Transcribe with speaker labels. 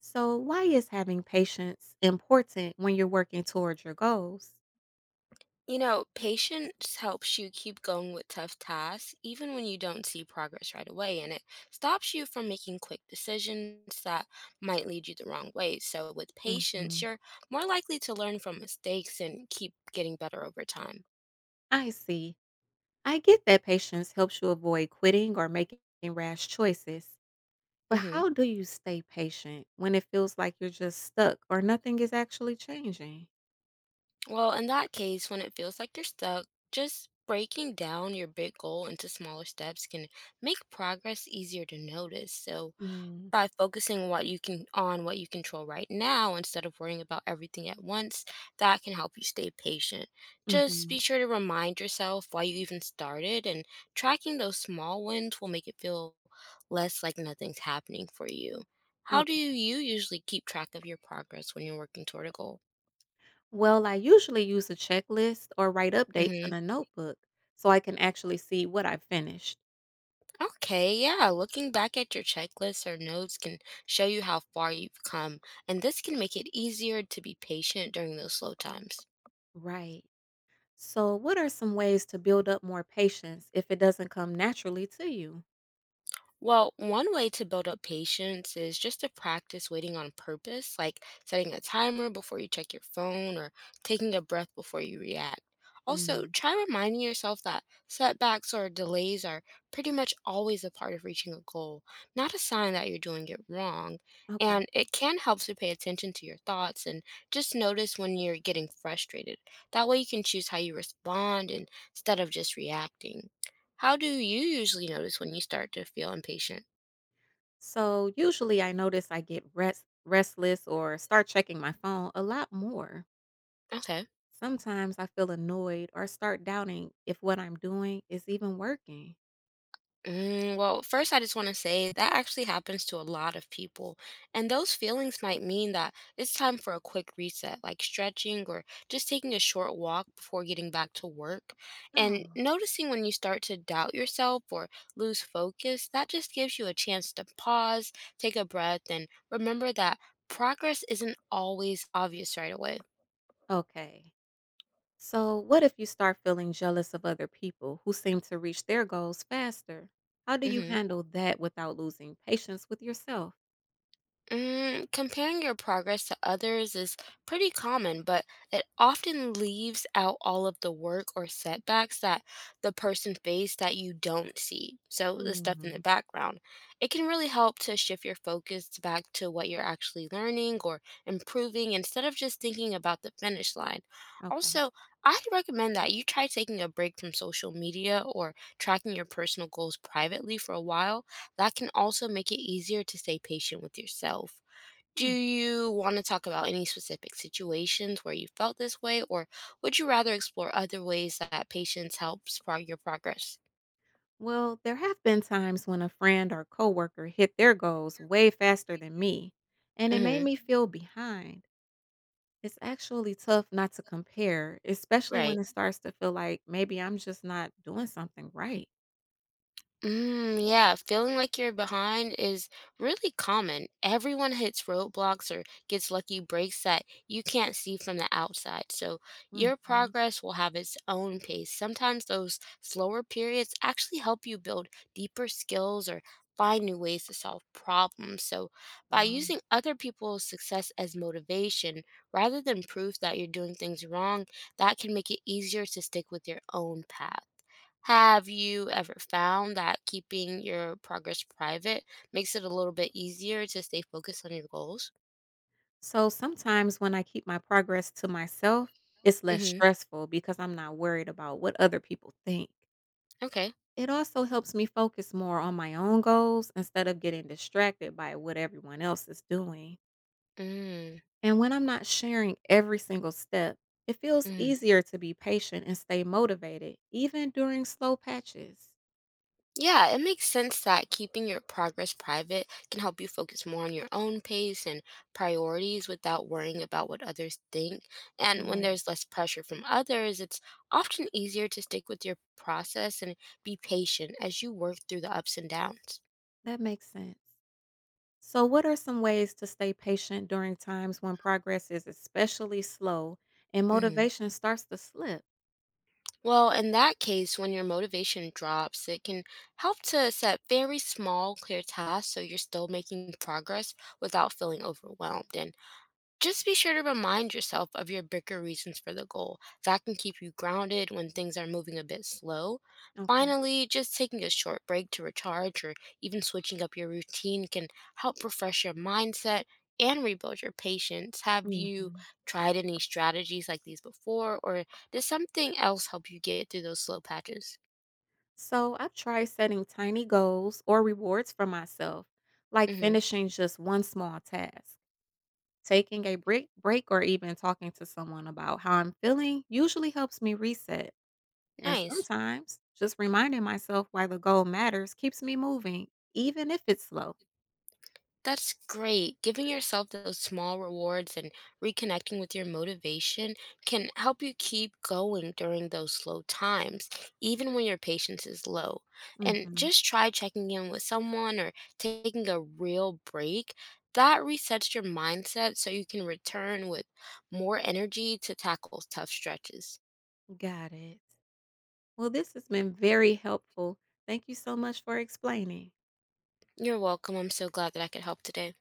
Speaker 1: So, why is having patience important when you're working towards your goals?
Speaker 2: Patience helps you keep going with tough tasks, even when you don't see progress right away, and it stops you from making quick decisions that might lead you the wrong way. So, with patience,
Speaker 1: Hmm.
Speaker 2: you're more likely to learn from mistakes and keep getting better over time.
Speaker 1: I see. I get that patience helps you avoid quitting or making rash choices. But
Speaker 2: Hmm.
Speaker 1: how do you stay patient when it feels like you're just stuck or nothing is actually changing?
Speaker 2: Well, in that case, when it feels like you're stuck, just breaking down your big goal into smaller steps can make progress easier to notice. So,
Speaker 1: Mm.
Speaker 2: by focusing what you can on what you control right now instead of worrying about everything at once, that can help you stay patient. Just
Speaker 1: Hmm.
Speaker 2: be sure to remind yourself why you even started, and tracking those small wins will make it feel less like nothing's happening for you. How do
Speaker 1: Okay.
Speaker 2: you usually keep track of your progress when you're working toward a goal?
Speaker 1: Well, I usually use a checklist or write updates
Speaker 2: Hmm.
Speaker 1: in a notebook so I can actually see what I finished.
Speaker 2: Okay, yeah, looking back at your checklists or notes can show you how far you've come, and this can make it easier to be patient during those slow times.
Speaker 1: Right. So, what are some ways to build up more patience if it doesn't come naturally to you?
Speaker 2: Well, one way to build up patience is just to practice waiting on purpose, like setting a timer before you check your phone or taking a breath before you react. Also,
Speaker 1: Mm,
Speaker 2: try reminding yourself that setbacks or delays are pretty much always a part of reaching a goal, not a sign that you're doing it wrong.
Speaker 1: okay.
Speaker 2: And it can help to pay attention to your thoughts and just notice when you're getting frustrated. That way, you can choose how you respond instead of just reacting. How do you usually notice when you start to feel impatient?
Speaker 1: So, usually I notice I get restless or start checking my phone a lot more.
Speaker 2: Okay.
Speaker 1: Sometimes I feel annoyed or start doubting if what I'm doing is even working.
Speaker 2: Mm, well, first, I just want to say that actually happens to a lot of people. And those feelings might mean that it's time for a quick reset, like stretching or just taking a short walk before getting back to work.
Speaker 1: Oh,
Speaker 2: And noticing when you start to doubt yourself or lose focus, that just gives you a chance to pause, take a breath, and remember that progress isn't always obvious right away.
Speaker 1: okay. So, what if you start feeling jealous of other people who seem to reach their goals faster? How do you
Speaker 2: Hmm.
Speaker 1: handle that without losing patience with yourself?
Speaker 2: Mm, comparing your progress to others is pretty common, but it often leaves out all of the work or setbacks that the person faced that you don't see. So, the stuff in the
Speaker 1: Mm,
Speaker 2: background. It can really help to shift your focus back to what you're actually learning or improving instead of just thinking about the finish line.
Speaker 1: okay.
Speaker 2: Also, I'd recommend that you try taking a break from social media or tracking your personal goals privately for a while. That can also make it easier to stay patient with yourself. Do
Speaker 1: Hmm.
Speaker 2: you want to talk about any specific situations where you felt this way, or would you rather explore other ways that patience helps your progress?
Speaker 1: Well, there have been times when a friend or coworker hit their goals way faster than me, and it made
Speaker 2: Hmm.
Speaker 1: me feel behind. It's actually tough not to compare, especially
Speaker 2: Right.
Speaker 1: when it starts to feel like maybe I'm just not doing something right.
Speaker 2: Mm, yeah, feeling like you're behind is really common. Everyone hits roadblocks or gets lucky breaks that you can't see from the outside. So your
Speaker 1: Mhm.
Speaker 2: progress will have its own pace. Sometimes those slower periods actually help you build deeper skills or find new ways to solve problems. So by
Speaker 1: Um,
Speaker 2: using other people's success as motivation rather than proof that you're doing things wrong, that can make it easier to stick with your own path. Have you ever found that keeping your progress private makes it a little bit easier to stay focused on your goals?
Speaker 1: so sometimes when I keep my progress to myself, it's less
Speaker 2: Hmm.
Speaker 1: stressful because I'm not worried about what other people think.
Speaker 2: Okay.
Speaker 1: It also helps me focus more on my own goals instead of getting distracted by what everyone else is doing.
Speaker 2: Mm,
Speaker 1: And when I'm not sharing every single step, it feels
Speaker 2: mm.
Speaker 1: easier to be patient and stay motivated, even during slow patches.
Speaker 2: Yeah, it makes sense that keeping your progress private can help you focus more on your own pace and priorities without worrying about what others think. And when
Speaker 1: Right.
Speaker 2: there's less pressure from others, it's often easier to stick with your process and be patient as you work through the ups and downs.
Speaker 1: That makes sense. So, what are some ways to stay patient during times when progress is especially slow and
Speaker 2: Mhm.
Speaker 1: motivation starts to slip?
Speaker 2: Well, in that case, when your motivation drops, it can help to set very small, clear tasks so you're still making progress without feeling overwhelmed. And just be sure to remind yourself of your bigger reasons for the goal. That can keep you grounded when things are moving a bit slow.
Speaker 1: Okay.
Speaker 2: Finally, just taking a short break to recharge or even switching up your routine can help refresh your mindset and rebuild your patience. Have you
Speaker 1: Hmm.
Speaker 2: tried any strategies like these before, or does something else help you get through those slow patches?
Speaker 1: So, I've tried setting tiny goals or rewards for myself, like
Speaker 2: Hmm.
Speaker 1: finishing just one small task. Taking a break or even talking to someone about how I'm feeling usually helps me reset. And
Speaker 2: Nice.
Speaker 1: sometimes just reminding myself why the goal matters keeps me moving, even if it's slow.
Speaker 2: That's great. Giving yourself those small rewards and reconnecting with your motivation can help you keep going during those slow times, even when your patience is low. And
Speaker 1: Hmm.
Speaker 2: just try checking in with someone or taking a real break. That resets your mindset so you can return with more energy to tackle tough stretches.
Speaker 1: Got it. Well, this has been very helpful. Thank you so much for explaining.
Speaker 2: You're welcome. I'm so glad that I could help today.